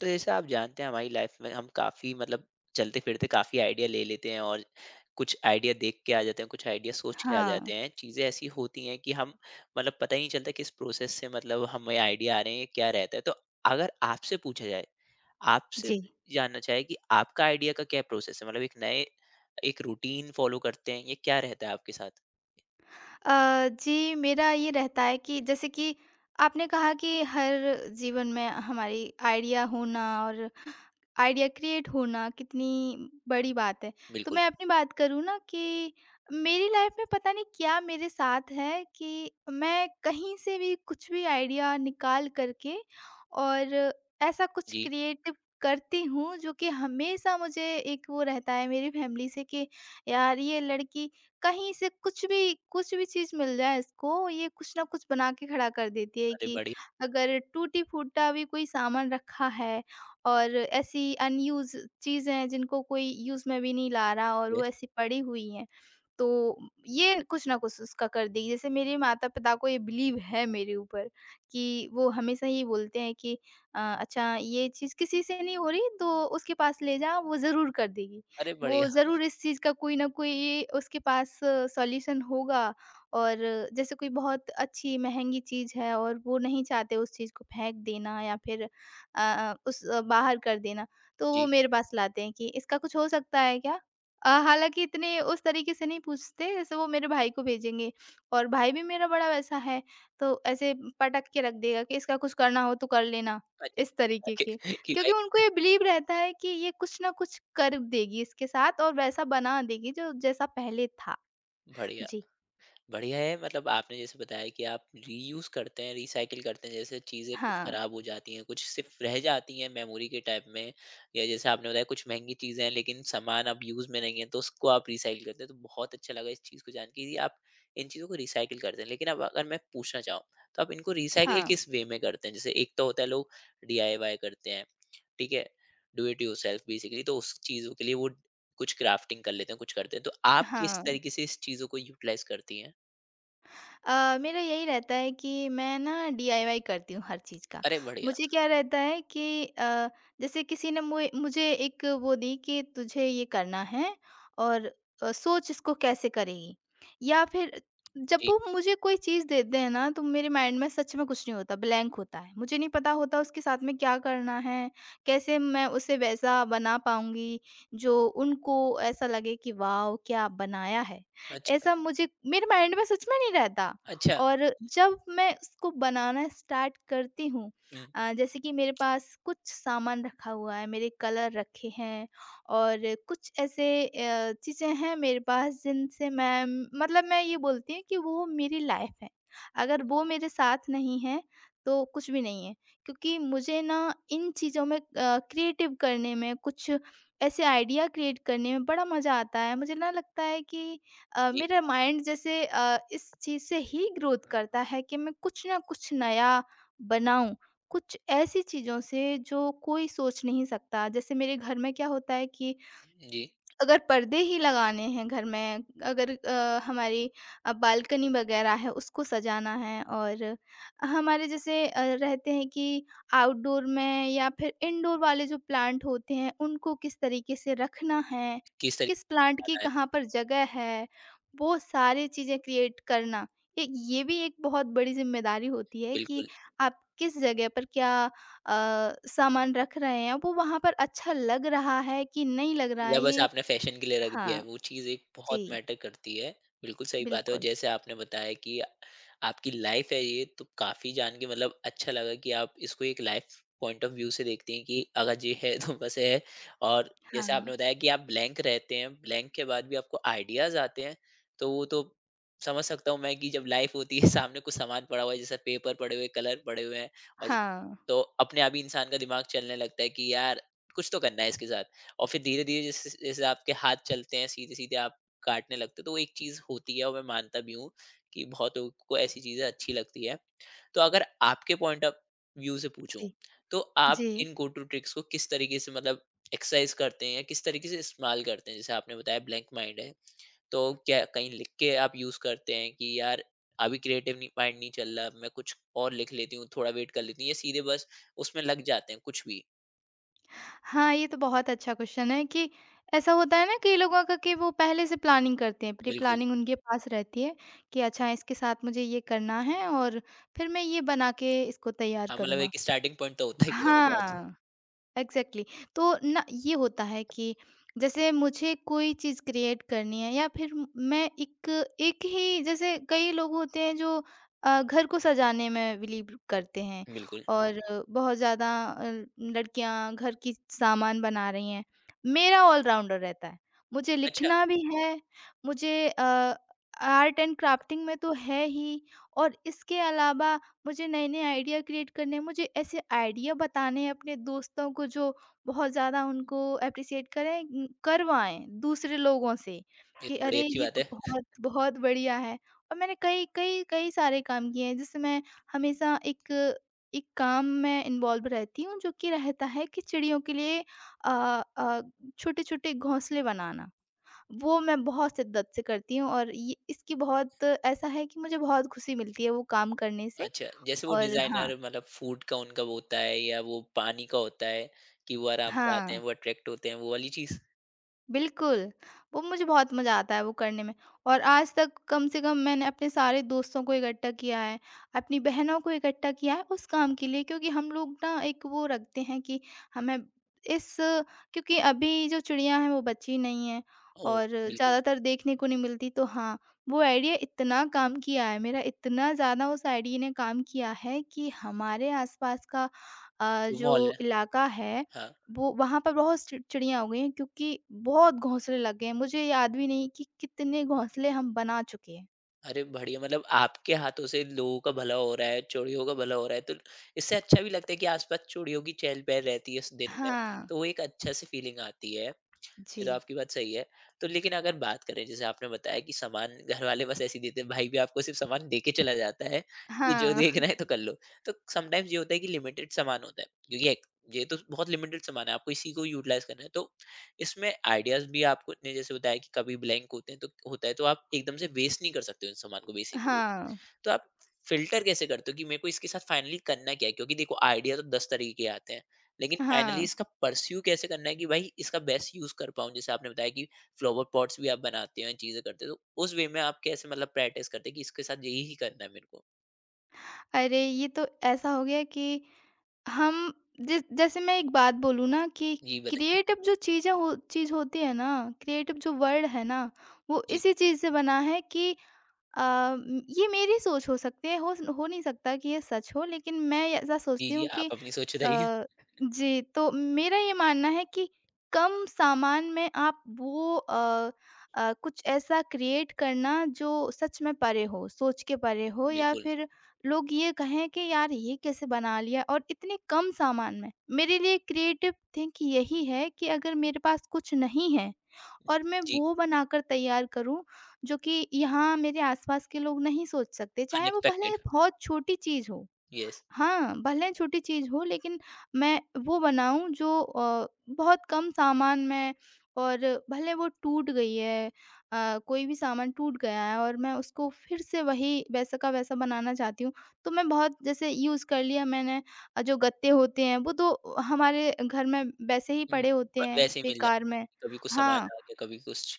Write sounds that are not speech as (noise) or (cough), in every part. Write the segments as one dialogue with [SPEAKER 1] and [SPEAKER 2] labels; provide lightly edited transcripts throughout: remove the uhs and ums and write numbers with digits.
[SPEAKER 1] तो जैसे आप जानते हैं, हमारी लाइफ में हम काफ़ी मतलब चलते फिरते काफ़ी आइडिया ले लेते हैं, और कुछ आइडिया देख के आ जाते हैं, कुछ आइडिया सोच के आ
[SPEAKER 2] हाँ,
[SPEAKER 1] जाते हैं। चीज़ें ऐसी होती हैं कि हम मतलब पता ही नहीं चलता किस प्रोसेस से मतलब हमें आइडिया आ रहे हैं, क्या रहता है। तो अगर आपसे पूछा जाए, आपसे
[SPEAKER 2] जी।
[SPEAKER 1] जानना चाहे कि आपका आइडिया का क्या प्रोसेस है, मतलब एक रूटीन फॉलो करते हैं, ये क्या रहता है आपके साथ?
[SPEAKER 2] जी, मेरा ये रहता है कि जैसे कि आपने कहा कि हर जीवन में हमारी आइडिया होना और आइडिया क्रिएट होना कितनी बड़ी बात है। तो
[SPEAKER 1] बिल्कुल।
[SPEAKER 2] मैं अपनी बात करूँ ना कि मेरी लाइफ में पता नहीं क्या मेरे साथ है कि मैं कहीं से भी कुछ भी आइडिया निकाल कर के और ऐसा कुछ
[SPEAKER 1] जी।
[SPEAKER 2] क्रिएटिव करती हूँ जो कि हमेशा मुझे एक वो रहता है मेरी फैमिली से कि यार ये लड़की कहीं से कुछ भी चीज़ मिल जाए इसको, ये कुछ ना कुछ बना के खड़ा कर देती है
[SPEAKER 1] अरे
[SPEAKER 2] कि
[SPEAKER 1] बढ़िया!
[SPEAKER 2] अगर टूटी-फूटा भी कोई सामान रखा है और ऐसी अनयूज़ चीज़ें हैं जिनको कोई यूज़ में भी नहीं ला रहा और वो
[SPEAKER 1] yes।
[SPEAKER 2] ऐसी पड़ी हुई हैं, तो ये कुछ ना कुछ उसका कर देगी। जैसे मेरे माता-पिता को ये बिलीव है मेरे ऊपर कि वो हमेशा ये बोलते हैं कि "अच्छा ये चीज़ किसी से नहीं हो रही, तो उसके पास ले जा, वो ज़रूर कर देगी।"
[SPEAKER 1] अरे
[SPEAKER 2] वो
[SPEAKER 1] बढ़िया।
[SPEAKER 2] ज़रूर इस चीज़ का कोई न कोई उसके पास सॉल्यूशन होगा। और जैसे कोई बहुत अच्छी महँगी चीज़ है और वो नहीं चाहते उस चीज़ को फेंक देना या फिर उस बाहर कर देना, तो वो
[SPEAKER 1] जी।
[SPEAKER 2] मेरे पास लाते हैं कि इसका कुछ हो सकता है क्या? हालाँकि इतने उस तरीके से नहीं पूछते जैसे वो मेरे भाई को भेजेंगे और भाई भी मेरा बड़ा वैसा है, तो ऐसे पटक के रख देगा कि इसका कुछ करना हो तो कर लेना, इस
[SPEAKER 1] अच्छा (laughs)
[SPEAKER 2] तरीके के।
[SPEAKER 1] okay, कि भाई।
[SPEAKER 2] क्योंकि उनको ये बिलीव रहता है कि ये कुछ ना कुछ कर देगी इसके साथ और वैसा बना देगी जो जैसा पहले था।
[SPEAKER 1] बढ़िया।
[SPEAKER 2] जी।
[SPEAKER 1] बढ़िया है। मतलब आपने जैसे बताया कि आप रीयूज करते हैं, रिसाइकिल करते हैं, जैसे चीज़ें कुछ
[SPEAKER 2] हाँ।
[SPEAKER 1] खराब हो जाती हैं, कुछ सिर्फ रह जाती हैं मेमोरी के टाइप में, या जैसे आपने बताया कुछ महंगी चीज़ें हैं लेकिन सामान अब यूज़ में नहीं है, तो उसको आप रिसाइकिल करते हैं। तो बहुत अच्छा लगा इस चीज़ को जान के कि आप इन चीज़ों को रिसाइकिल करते हैं। लेकिन अब अगर मैं पूछना चाहूँ, तो आप इनको रिसाइकिल
[SPEAKER 2] हाँ।
[SPEAKER 1] किस वे में करते हैं? जैसे एक तो होता है लोग डीआईवाई करते हैं, ठीक है, do it yourself basically, तो उस चीज़ों के लिए वो कुछ क्राफ्टिंग कर लेते हैं, कुछ करते हैं। तो आप किस
[SPEAKER 2] हाँ।
[SPEAKER 1] तरीके से इस चीज़ों को यूटिलाइज करती हैं?
[SPEAKER 2] मेरा यही रहता है कि मैं ना डीआईवाई करती हूँ हर चीज़ का।
[SPEAKER 1] अरे बढ़िया!
[SPEAKER 2] मुझे क्या रहता है कि जैसे किसी ने मुए मुझे एक वो दी कि तुझे ये करना है और सोच इसको कैसे करेगी? या फिर जब
[SPEAKER 1] जी,
[SPEAKER 2] वो मुझे कोई चीज़ देते हैं ना तो मेरे माइंड में सच में कुछ नहीं होता, ब्लैंक होता है। मुझे नहीं पता होता उसके साथ में क्या करना है? कैसे मैं उसे वैसा बना पाऊँगी जो उनको ऐसा लगे कि वाओ! क्या बनाया है?
[SPEAKER 1] अच्छा,
[SPEAKER 2] ऐसा मुझे मेरे माइंड में सच में नहीं रहता।
[SPEAKER 1] अच्छा।
[SPEAKER 2] और जब मैं उसको बनाना स्टार्ट करती हूँ,
[SPEAKER 1] हुँ,
[SPEAKER 2] जैसे कि मेरे पास कुछ सामान रखा हुआ है, मेरे कलर रखे हैं और कुछ ऐसे चीज़ें हैं मेरे पास जिनसे मैं मतलब मैं ये बोलती हूँ कि वो मेरी लाइफ है। अगर वो
[SPEAKER 1] ओके,
[SPEAKER 2] मेरे साथ नहीं है तो कुछ भी नहीं है, क्योंकि मुझे ना इन चीज़ों में क्रिएटिव करने में कुछ ऐसे आइडिया क्रिएट करने में बड़ा मज़ा आता है। मुझे ना लगता है कि
[SPEAKER 1] जी,
[SPEAKER 2] मेरा माइंड जैसे इस चीज़ से ही ग्रोथ करता है कि मैं कुछ ना कुछ नया बनाऊँ, कुछ ऐसी चीज़ों से जो कोई सोच नहीं सकता। जैसे मेरे घर में क्या होता है कि
[SPEAKER 1] जी,
[SPEAKER 2] अगर पर्दे ही लगाने हैं घर में, अगर हमारी बालकनी वगैरह है उसको सजाना है, और हमारे जैसे रहते हैं कि आउटडोर में या फिर इनडोर वाले जो प्लांट होते हैं उनको किस तरीके से रखना है,
[SPEAKER 1] किस तरीके
[SPEAKER 2] किस
[SPEAKER 1] से
[SPEAKER 2] प्लांट
[SPEAKER 1] आ
[SPEAKER 2] की
[SPEAKER 1] रहा है?
[SPEAKER 2] कहाँ पर जगह है, वो सारी चीज़ें क्रिएट करना। एक ये भी एक बहुत बड़ी ज़िम्मेदारी होती है कि
[SPEAKER 1] बिल्कुल।
[SPEAKER 2] आप किस जगह पर क्या सामान रख रहे हैं, वो वहाँ पर अच्छा लग रहा है कि नहीं लग रहा
[SPEAKER 1] या
[SPEAKER 2] है
[SPEAKER 1] बस
[SPEAKER 2] ये।
[SPEAKER 1] आपने फैशन के लिए रख दिया है,
[SPEAKER 2] हाँ,
[SPEAKER 1] वो चीज़ एक बहुत
[SPEAKER 2] जी,
[SPEAKER 1] मैटर करती है। बिल्कुल सही बात है। और
[SPEAKER 2] बिल्कुल।
[SPEAKER 1] जैसे आपने बताया कि आपकी लाइफ़ है ये, तो काफ़ी जान के मतलब अच्छा लगा कि आप इसको एक लाइफ़ पॉइंट ऑफ व्यू से देखती हैं कि अगर ये है तो बस है। और जैसे
[SPEAKER 2] हाँ,
[SPEAKER 1] आपने बताया कि आप ब्लैंक रहते हैं, ब्लैंक के बाद भी आपको आइडियाज़ आते हैं, तो वो तो समझ सकता हूँ मैं कि जब लाइफ़ होती है सामने कुछ सामान पड़ा हुआ है, जैसे पेपर पड़े हुए, कलर पड़े हुए हैं, और
[SPEAKER 2] हाँ,
[SPEAKER 1] तो अपने आप ही इंसान का दिमाग चलने लगता है कि यार कुछ तो करना है इसके साथ। और फिर धीरे-धीरे जिस जिस जैसे आपके हाथ चलते हैं, सीधे-सीधे आप काटने लगते हो, तो वो एक चीज़ होती है, और मैं मानता भी हूँ कि बहुत लोगों को ऐसी चीज़ें अच्छी लगती है। तो अगर आपके पॉइंट ऑफ व्यू से पूछूँ,
[SPEAKER 2] जी,
[SPEAKER 1] तो आप
[SPEAKER 2] जी।
[SPEAKER 1] इन गो टू ट्रिक्स को किस तरीके से मतलब एक्सरसाइज़ करते हैं या किस तरीके से इस्तेमाल करते हैं? जैसे आपने बताया ब्लैंक माइंड है, तो क्या कहीं लिख के आप यूज़ करते हैं कि यार अभी क्रिएटिव नहीं, माइंड नहीं चल रहा, मैं कुछ और लिख लेती हूँ, थोड़ा वेट कर लेती हूँ, या सीधे बस उसमें लग जाते हैं कुछ भी?
[SPEAKER 2] हाँ, ये तो बहुत अच्छा क्वेश्चन है कि ऐसा होता है ना कई लोगों का कि वो पहले से प्लानिंग करते हैं, प्री
[SPEAKER 1] बिल्कुल।
[SPEAKER 2] प्लानिंग उनके पास रहती है कि अच्छा इसके साथ मुझे ये करना है और फिर मैं ये बना के इसको तैयार
[SPEAKER 1] हाँ, मतलब
[SPEAKER 2] करूँगा।
[SPEAKER 1] एक स्टार्टिंग पॉइंट तो होता ही है।
[SPEAKER 2] हाँ। Exactly exactly। तो ना ये होता है कि जैसे मुझे कोई चीज़ क्रिएट करनी है या फिर मैं एक एक ही जैसे कई लोग होते हैं जो घर को सजाने में बिलीव करते हैं
[SPEAKER 1] बिल्कुल।
[SPEAKER 2] और बहुत ज़्यादा लड़कियां घर की सामान बना रही हैं। मेरा ऑलराउंडर रहता है। मुझे
[SPEAKER 1] अच्छा,
[SPEAKER 2] लिखना भी है, मुझे आर्ट एंड क्राफ्टिंग में तो है ही, और इसके अलावा मुझे नए-नए आइडिया क्रिएट करने हैं, मुझे ऐसे आइडिया बताने हैं अपने दोस्तों को जो बहुत ज़्यादा उनको एप्रिशिएट करें, करवाएँ दूसरे लोगों से
[SPEAKER 1] ये
[SPEAKER 2] कि
[SPEAKER 1] तो बड़ी
[SPEAKER 2] अरे!
[SPEAKER 1] अच्छी
[SPEAKER 2] ये
[SPEAKER 1] बात
[SPEAKER 2] तो
[SPEAKER 1] है।
[SPEAKER 2] बहुत, बहुत बढ़िया है। और मैंने कई कई कई सारे काम किए हैं जिससे मैं हमेशा एक एक काम में इन्वॉल्व रहती हूँ जो कि रहता है कि चिड़ियों के लिए अ अ, छोटे-छोटे घोंसले बनाना। वो मैं बहुत शिद्दत से करती हूँ और ये इसकी बहुत ऐसा है कि मुझे बहुत खुशी मिलती है वो काम करने से।
[SPEAKER 1] अच्छा, जैसे वो
[SPEAKER 2] और हाँ,
[SPEAKER 1] डिज़ाइनर मतलब फूड का उनका वो होता है या वो पानी का होता है कि वो आराम से आते हैं,
[SPEAKER 2] हाँ,
[SPEAKER 1] वो अट्रैक्ट होते हैं, वो वाली चीज़?
[SPEAKER 2] बिल्कुल, वो मुझे बहुत मज़ा आता है वो करने में। और आज तक कम से कम मैंने अपने सारे दोस्तों को इकट्ठा किया है, अपनी बहनों को इकट्ठा किया है उस काम के लिए, क्योंकि हम लोग ना एक वो रखते हैं कि हमें इस क्योंकि अभी जो चिड़िया हैं वो बची नहीं हैं
[SPEAKER 1] ओह!
[SPEAKER 2] और
[SPEAKER 1] बिल्कुल,
[SPEAKER 2] ज़्यादातर देखने को नहीं मिलती। तो हाँ, वो आइडिया इतना काम किया है मेरा, इतना ज़्यादा उस आइडिया ने काम किया है कि हमारे आस-पास का
[SPEAKER 1] जो मॉल
[SPEAKER 2] जो
[SPEAKER 1] है।
[SPEAKER 2] इलाका है
[SPEAKER 1] हाँ।
[SPEAKER 2] वो, वहाँ पर बहुत चि चिड़िया हो गई हैं क्योंकि बहुत घोंसले लग गए हैं। मुझे याद भी नहीं कि कितने घोंसले हम बना चुके हैं।
[SPEAKER 1] अरे बढ़िया! मतलब आपके हाथों से लोगों का भला हो रहा है, चोरियों का भला हो रहा है, तो इससे अच्छा भी लगता है कि आस-पास चोरियों की चहल-पहल रहती है उस दिन में, तो
[SPEAKER 2] हाँ।
[SPEAKER 1] वो एक अच्छा-सी फीलिंग आती है। ये
[SPEAKER 2] जी।
[SPEAKER 1] तो आपकी बात सही है। तो लेकिन अगर बात करें, जैसे आपने बताया कि सामान घरवाले बस ऐसे ही देते हैं, भाई भी आपको सिर्फ़ सामान दे के चला जाता है कि जो
[SPEAKER 2] हाँ।
[SPEAKER 1] देखना है तो कर लो। तो समटाइम्स ये होता है कि लिमिटेड सामान होता है, क्योंकि एक ये तो बहुत लिमिटेड सामान है, आपको इसी को यूटिलाइज़ करना है। तो इसमें आइडियाज़ भी आपको ने जैसे बताया कि कभी ब्लैंक होते हैं तो होता है, तो आप एकदम से वेस्ट नहीं कर सकते उस सामान को बेसिकली।
[SPEAKER 2] हाँ।
[SPEAKER 1] तो आप फिल्टर कैसे करते हो कि मेरे को इसके साथ फाइनली करना क्या है? क्योंकि देखो आइडिया तो 10 तरीके के आते हैं, लेकिन फाइनली
[SPEAKER 2] हाँ।
[SPEAKER 1] इसका परस्यू कैसे करना है कि भाई इसका बेस्ट यूज़ कर पाऊँ? जैसे आपने बताया कि फ्लावर पॉट्स भी आप बनाते हैं, चीज़ें करते हो, तो उस वे में आप कैसे मतलब प्रैक्टिस करते हैं कि इसके साथ यही ही करना है मेरे को?
[SPEAKER 2] अरे! ये तो ऐसा हो गया कि हम जिस जैसे मैं एक बात बोलूँ ना कि
[SPEAKER 1] जी बताइए।
[SPEAKER 2] क्रिएटिव जो चीज़ होती है ना, क्रिएटिव जो वर्ड है ना, वो
[SPEAKER 1] जी,
[SPEAKER 2] इसी चीज़ से बना है कि अ, म ये मेरी सोच हो सकती है, हो नहीं सकता कि ये सच हो, लेकिन मैं ये ऐसा
[SPEAKER 1] जी,
[SPEAKER 2] सोचती
[SPEAKER 1] जी,
[SPEAKER 2] हूँ कि
[SPEAKER 1] आप अपनी सोच बताइए।
[SPEAKER 2] अ, जी, तो मेरा ये मानना है कि कम सामान में आप वो कुछ ऐसा क्रिएट करना जो सच में परे हो, सोच के परे हो, या
[SPEAKER 1] बिल्कुल,
[SPEAKER 2] फिर लोग ये कहें कि यार ये कैसे बना लिया और इतने कम सामान में। मेरे लिए क्रिएटिव थिंक यही है कि अगर मेरे पास कुछ नहीं है और मैं
[SPEAKER 1] जी,
[SPEAKER 2] वो बनाकर तैयार करूँ जो कि यहाँ मेरे आस-पास के लोग नहीं सोच सकते, चाहे वो भले
[SPEAKER 1] अनएक्सपेक्टेड,
[SPEAKER 2] बहुत छोटी चीज़ हो।
[SPEAKER 1] यस।
[SPEAKER 2] हाँ, भले छोटी चीज़ हो, लेकिन मैं वो बनाऊँ जो बहुत कम सामान में। और भले वो टूट गई है, कोई भी सामान टूट गया है और मैं उसको फिर से वही वैसा का वैसा बनाना चाहती हूँ। तो मैं बहुत जैसे यूज़ कर लिया मैंने, जो गत्ते होते हैं वो तो हमारे घर में वैसे ही
[SPEAKER 1] हुँ,
[SPEAKER 2] पड़े होते
[SPEAKER 1] व
[SPEAKER 2] हैं
[SPEAKER 1] वैसे ही मिल जाता
[SPEAKER 2] बेकार में।
[SPEAKER 1] है, कभी कुछ सामान
[SPEAKER 2] हाँ,
[SPEAKER 1] आ गया, कभी कुछ,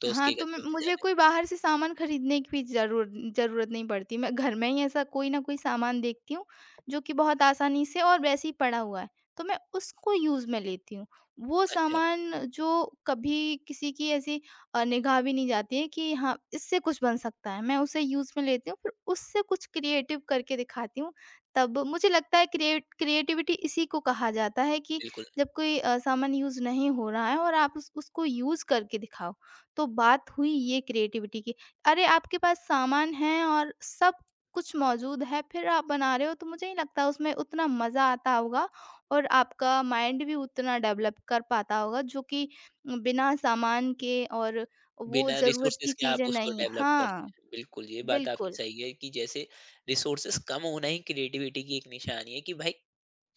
[SPEAKER 1] तो
[SPEAKER 2] हाँ,
[SPEAKER 1] उसके
[SPEAKER 2] तो मैं
[SPEAKER 1] गत्ते मिल
[SPEAKER 2] मुझे
[SPEAKER 1] जाते हैं।
[SPEAKER 2] कोई बाहर से सामान खरीदने की भी ज़रूरत नहीं पड़ती। मैं घर में ही ऐसा कोई ना कोई सामान देखती हूँ, जो कि बहुत आसानी से और वैसे ही पड़ा हुआ है, तो मैं उसको यूज़ में लेती हूँ। वो
[SPEAKER 1] अच्छा,
[SPEAKER 2] सामान जो कभी किसी की ऐसी निगाह भी नहीं जाती है कि हाँ, इससे कुछ बन सकता है, मैं उसे यूज़ में लेती हूँ, फिर उससे कुछ क्रिएटिव करके दिखाती हूँ। तब मुझे लगता है क्रिएटिविटी इसी को कहा जाता है कि
[SPEAKER 1] बिल्कुल।
[SPEAKER 2] जब कोई सामान यूज़ नहीं हो रहा है और आप उस उसको यूज़ करके दिखाओ। तो बात हुई ये क्रिएटिविटी की। अरे! आपके पास सामान है और सब कुछ मौजूद है, फिर आप बना रहे हो, तो मुझे नहीं लगता उसमें उतना मज़ा आता होगा और आपका माइंड भी उतना डेवलप कर पाता होगा जो कि बिना सामान के और वो
[SPEAKER 1] बिना
[SPEAKER 2] ज़रूरत
[SPEAKER 1] रिसोर्सेज
[SPEAKER 2] की
[SPEAKER 1] के आप
[SPEAKER 2] चीज़ें
[SPEAKER 1] उसको
[SPEAKER 2] नहीं।
[SPEAKER 1] डेवलप करते
[SPEAKER 2] हाँ,
[SPEAKER 1] हैं। बिल्कुल, ये बात आपकी
[SPEAKER 2] बिल्कुल।
[SPEAKER 1] सही है कि जैसे रिसोर्सेज कम होना ही क्रिएटिविटी की एक निशानी है, कि भाई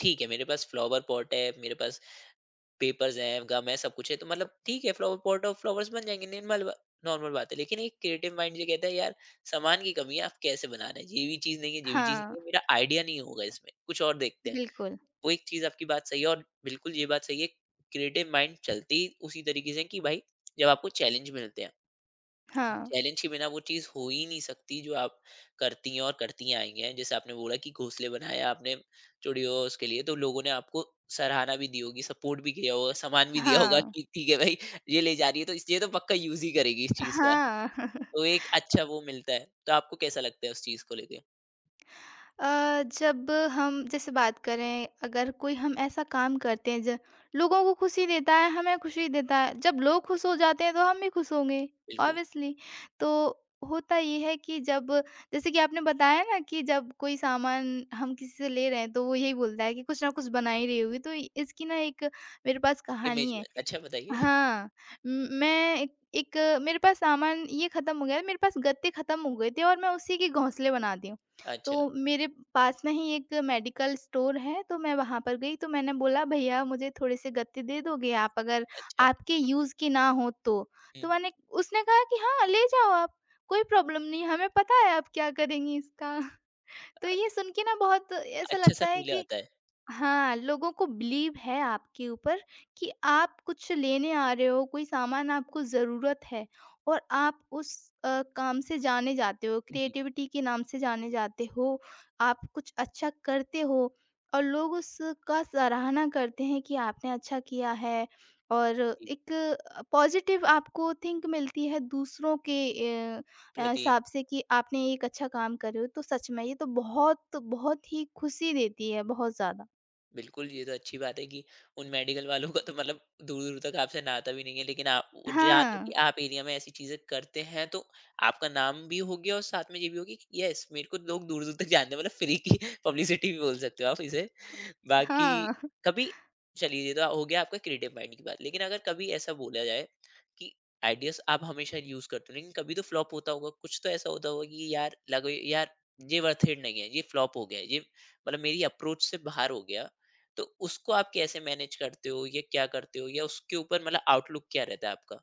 [SPEAKER 1] ठीक है, मेरे पास फ्लावर पॉट है, मेरे पास पेपर्स हैं, गम है, सब कुछ है, तो मतलब ठीक है, फ्लावर पॉट और फ्लावर्स बन जाएँगे, निर्मल बा नॉर्मल बात है। लेकिन एक क्रिएटिव माइंड ये कहता है यार, सामान की कमी है, आप कैसे बना रहे हैं? ये भी चीज़ नहीं है, ये भी चीज़
[SPEAKER 2] हाँ,
[SPEAKER 1] नहीं है, मेरा आइडिया नहीं होगा इसमें, कुछ और देखते हैं।
[SPEAKER 2] बिल्कुल।
[SPEAKER 1] वो एक चीज़ आपकी बात सही है, और बिल्कुल ये बात सही है, क्रिएटिव माइंड चलती उसी तरीके से है कि भाई जब आपको चैलेंज मिलते हैं।
[SPEAKER 2] हाँ,
[SPEAKER 1] चैलेंज के बिना वो चीज हो ही नहीं सकती जो आप करती हैं और करती आई हैं, जैसे आपने बोला कि घोंसले बनाया आपने चूड़ियों उसके लिए, तो लोगों ने आपको सराहना भी दी होगी, सपोर्ट भी किया होगा, सामान भी दिया होगा
[SPEAKER 2] हाँ,
[SPEAKER 1] कि ठीक है भाई, ये ले जा रही है तो ये तो पक्का यूज ही करेगी इस चीज का।
[SPEAKER 2] हाँ। (laughs)
[SPEAKER 1] तो एक अच्छा वो मिलता है, तो आपको कैसा लगता है उस चीज को लेके?
[SPEAKER 2] जब हम जैसे बात करें अगर कोई हम ऐसा काम करते हैं जो लोगों को खुशी देता है, हमें खुशी देता है। जब लोग खुश हो जाते हैं तो हम भी खुश होंगे
[SPEAKER 1] बिल्कुल।
[SPEAKER 2] ऑब्वियसली। तो होता ये है कि जब जैसे कि आपने बताया ना कि जब कोई सामान हम किसी से ले रहे हैं तो वो यही बोलता है कि कुछ ना कुछ बना ही रही होगी। तो इसकी ना एक मेरे पास
[SPEAKER 1] इमेज
[SPEAKER 2] कहानी है।
[SPEAKER 1] में अच्छा बताइए।
[SPEAKER 2] हाँ, म मैं एक एक मेरे पास सामान ये ख़त्म हो गया है, मेरे पास गत्ते ख़त्म हो गए थे और मैं उसी के घोंसले बनाती हूँ।
[SPEAKER 1] अच्छा।
[SPEAKER 2] तो मेरे पास में ही एक मेडिकल स्टोर है, तो मैं वहाँ पर गई तो मैंने बोला, "भैया मुझे थोड़े-से गत्ते दे दोगे आप अगर
[SPEAKER 1] अच्छा।
[SPEAKER 2] आपके यूज़ के ना हों तो?"
[SPEAKER 1] हम्म,
[SPEAKER 2] तो मैंने उसने कहा कि, "हाँ, ले जाओ आप, कोई प्रॉब्लम नहीं, हमें पता है आप क्या करेंगी इसका।" (laughs) तो ये सुन के ना बहुत ऐसा
[SPEAKER 1] अच्छा सा
[SPEAKER 2] लगता है
[SPEAKER 1] फील
[SPEAKER 2] कि
[SPEAKER 1] आता है।
[SPEAKER 2] हाँ, लोगों को बिलीव है आपके ऊपर कि आप कुछ लेने आ रहे हो, कोई सामान आपको ज़रूरत है और आप उस काम से जाने जाते हो,
[SPEAKER 1] जी।
[SPEAKER 2] क्रिएटिविटी के नाम से जाने जाते हो, आप कुछ अच्छा करते हो और लोग उसका सराहना करते हैं कि आपने अच्छा किया है, और
[SPEAKER 1] जी।
[SPEAKER 2] एक पॉज़िटिव आपको थिंक मिलती है दूसरों के अ
[SPEAKER 1] प्रति।
[SPEAKER 2] हिसाब से कि आपने एक अच्छा काम कर रहे हो, तो सच में ये तो बहुत, बहुत ही खुशी देती है, बहुत ज़्यादा।
[SPEAKER 1] बिल्कुल, ये तो अच्छी बात है कि उन मेडिकल वालों का तो मतलब दूर-दूर तक आपसे नाता भी नहीं है, लेकिन आप वो जानते हैं कि
[SPEAKER 2] हाँ,
[SPEAKER 1] आप एरिया में ऐसी चीज़ें करते हैं, तो आपका नाम भी हो गया, और साथ में ये भी हो गया कि यस, मेरे को लोग दूर-दूर तक जानते हैं, मतलब फ्री की (laughs) पब्लिसिटी भी बोल सकते हो आप इसे। बाकी
[SPEAKER 2] हाँ,
[SPEAKER 1] कभी चलिए, ये तो हो गया आपका क्रिएटिव माइंड की बात, लेकिन अगर कभी ऐसा बोला जाए कि आइडियाज़ आप हमेशा यूज़ करते हो, लेकिन कभी तो फ्लॉप होता होगा, कुछ तो ऐसा होता होगा कि यार लगे यार, ये वर्थ इट नहीं है, ये फ्लॉप हो गया, ये मतलब मेरी अप्रोच से बाहर हो गया। तो उसको आप कैसे मैनेज करते हो या क्या करते हो या उसके ऊपर मतलब आउटलुक क्या रहता है आपका?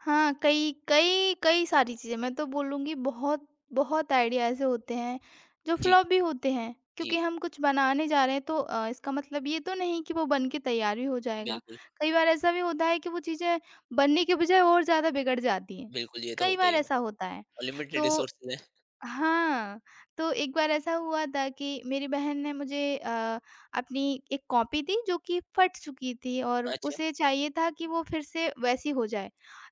[SPEAKER 2] हाँ, कई कई कई सारी चीज़ें मैं तो बोलूँगी। बहुत बहुत आइडिया ऐसे होते हैं जो
[SPEAKER 1] जी,
[SPEAKER 2] फ्लॉप भी होते हैं,
[SPEAKER 1] जी।
[SPEAKER 2] क्योंकि हम कुछ बनाने जा रहे हैं तो इसका मतलब ये तो नहीं कि वो बन के तैयार भी हो जाएगा।
[SPEAKER 1] बिल्कुल,
[SPEAKER 2] कई बार ऐसा भी होता है कि वो चीज़ें बनने के बजाय और ज़्यादा बिगड़ जाती हैं,
[SPEAKER 1] बिल्कुल ये तो
[SPEAKER 2] कई
[SPEAKER 1] होता ही
[SPEAKER 2] बार
[SPEAKER 1] है।
[SPEAKER 2] ऐसा होता है।
[SPEAKER 1] अनलिमिटेड
[SPEAKER 2] तो
[SPEAKER 1] रिसोर्सेज़ हैं।
[SPEAKER 2] हाँ, तो एक बार ऐसा हुआ था कि मेरी बहन ने मुझे अपनी एक कॉपी दी जो कि फट चुकी थी और
[SPEAKER 1] अच्छा,
[SPEAKER 2] उसे चाहिए था कि वो फिर से वैसी हो जाए।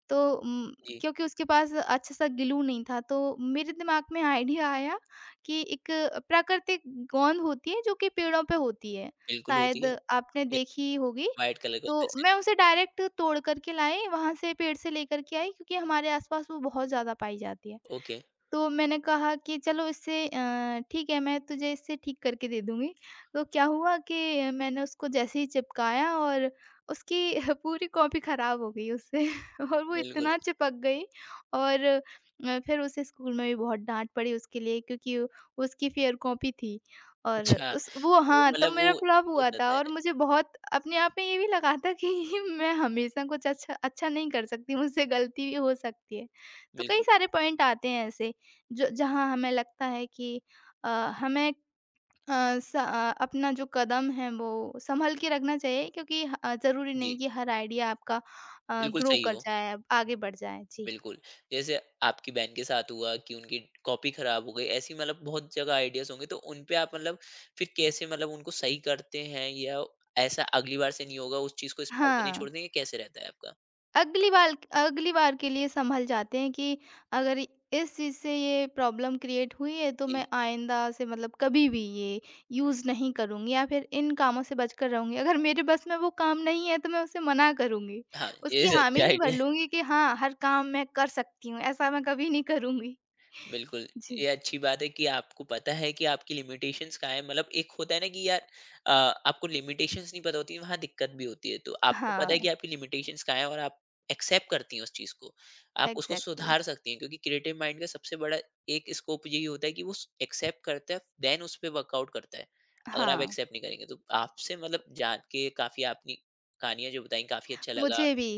[SPEAKER 2] तो
[SPEAKER 1] जी,
[SPEAKER 2] क्योंकि उसके पास अच्छा सा ग्लू नहीं था तो मेरे दिमाग में आइडिया आया कि एक प्राकृतिक गोंद होती है जो कि पेड़ों पे होती है,
[SPEAKER 1] बिल्कुल होती
[SPEAKER 2] शायद
[SPEAKER 1] है।
[SPEAKER 2] आपने
[SPEAKER 1] ये
[SPEAKER 2] देखी होगी।
[SPEAKER 1] व्हाइट कलर का
[SPEAKER 2] तो
[SPEAKER 1] ड्रेस है।
[SPEAKER 2] मैं उसे डायरेक्ट तोड़ कर के लाई, वहाँ से पेड़ से लेकर के आई, क्योंकि हमारे आस-पास वो बहुत ज़्यादा पाई जाती है।
[SPEAKER 1] set। ओके,
[SPEAKER 2] तो मैंने कहा कि चलो इससे ठीक है, मैं तुझे इससे ठीक करके दे दूँगी। तो क्या हुआ कि मैंने उसको जैसे ही चिपकाया और उसकी (laughs) पूरी कॉपी ख़राब हो गई उससे (laughs) और वो
[SPEAKER 1] बिल्कुल।
[SPEAKER 2] इतना चिपक गई। और फिर उसे स्कूल में भी बहुत डाँट पड़ी उसके लिए क्योंकि उसकी फेयर कॉपी थी। और
[SPEAKER 1] अच्छा,
[SPEAKER 2] उस वो
[SPEAKER 1] वो
[SPEAKER 2] हाँ, तब
[SPEAKER 1] मतलब
[SPEAKER 2] मेरा
[SPEAKER 1] वो
[SPEAKER 2] फ्लॉप हुआ
[SPEAKER 1] होता
[SPEAKER 2] था
[SPEAKER 1] है।
[SPEAKER 2] और मुझे बहुत अपने आप में ये भी लगा था कि (laughs) मैं हमेशा कुछ अच्छा अच्छा नहीं कर सकती, मुझसे गलती भी हो सकती है। तो कई
[SPEAKER 1] बिल्कुल,
[SPEAKER 2] सारे पॉइंट आते हैं ऐसे। ज जहाँ हमें लगता है कि अ, हमें अपना जो कदम है वो सँभल के रखना चाहिए, क्योंकि ज़रूरी नहीं
[SPEAKER 1] जी,
[SPEAKER 2] कि हर आइडिया आपका
[SPEAKER 1] बिल्कुल
[SPEAKER 2] ग्रो
[SPEAKER 1] सही
[SPEAKER 2] कर
[SPEAKER 1] हो।
[SPEAKER 2] जाए, आगे बढ़ जाए। जी।
[SPEAKER 1] बिल्कुल, जैसे आपकी बहन के साथ हुआ कि उनकी कॉपी खराब हो गई, ऐसी मतलब बहुत जगह आइडियाज़ होंगे, तो उन पे आप मतलब फिर कैसे मतलब उनको सही करते हैं, या ऐसा अगली बार से नहीं होगा, उस चीज़ को इस्तेमाल करनी
[SPEAKER 2] हाँ।
[SPEAKER 1] छोड़ देंगे, कैसे रहता है आपका?
[SPEAKER 2] अगली बाल अगली बार के लिए सँभल जाते हैं कि अगर इस चीज़ से ये प्रॉब्लम क्रिएट हुई है तो
[SPEAKER 1] जी।
[SPEAKER 2] मैं आइंदा से मतलब कभी भी ये यूज़ नहीं करूँगी या फिर इन कामों से बचकर रहूँगी। अगर मेरे बस में वो काम नहीं है तो मैं उसे मना करूँगी।
[SPEAKER 1] हाँ, ये
[SPEAKER 2] उसकी
[SPEAKER 1] सबसे
[SPEAKER 2] हामी नहीं भर
[SPEAKER 1] आइडिया।
[SPEAKER 2] लूँगी कि हाँ, हर काम मैं कर सकती हूँ, ऐसा मैं कभी नहीं करूँगी।
[SPEAKER 1] बिल्कुल,
[SPEAKER 2] जी।
[SPEAKER 1] ये अच्छी बात है कि आपको पता है कि आपकी लिमिटेशंस कहाँ है। मतलब एक होता है ना कि यार आपको लिमिटेशंस नहीं पता होती है, वहाँ दिक्कत भी होती है। तो आपको पता है कि
[SPEAKER 2] हाँ,
[SPEAKER 1] आपकी लिमिटेशंस कहाँ है, और आप एक्सेप्ट करती हैं उस चीज़ को। आप उसको
[SPEAKER 2] एग्ज़ैक्टली।
[SPEAKER 1] सुधार सकती हैं, क्योंकि क्रिएटिव माइंड का सबसे बड़ा एक स्कोप यही होता है कि वो स एक्सेप्ट करता है, देन उस पे वर्कआउट करता है। अगर आप
[SPEAKER 2] हाँ,
[SPEAKER 1] एक्सेप्ट नहीं करेंगे तो। आपसे मतलब जान के काफ़ी, आपने कहानियाँ जो बताई, काफ़ी अच्छा लगा,
[SPEAKER 2] मुझे भी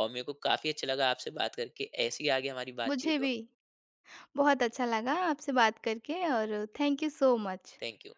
[SPEAKER 1] और मेरे को काफ़ी अच्छा लगा आपसे बात करके। ऐसे ही आगे हमारी बातचीत
[SPEAKER 2] मुझे
[SPEAKER 1] हो।
[SPEAKER 2] भी बहुत अच्छा लगा आपसे बात करके और thank you so much.
[SPEAKER 1] Thank you.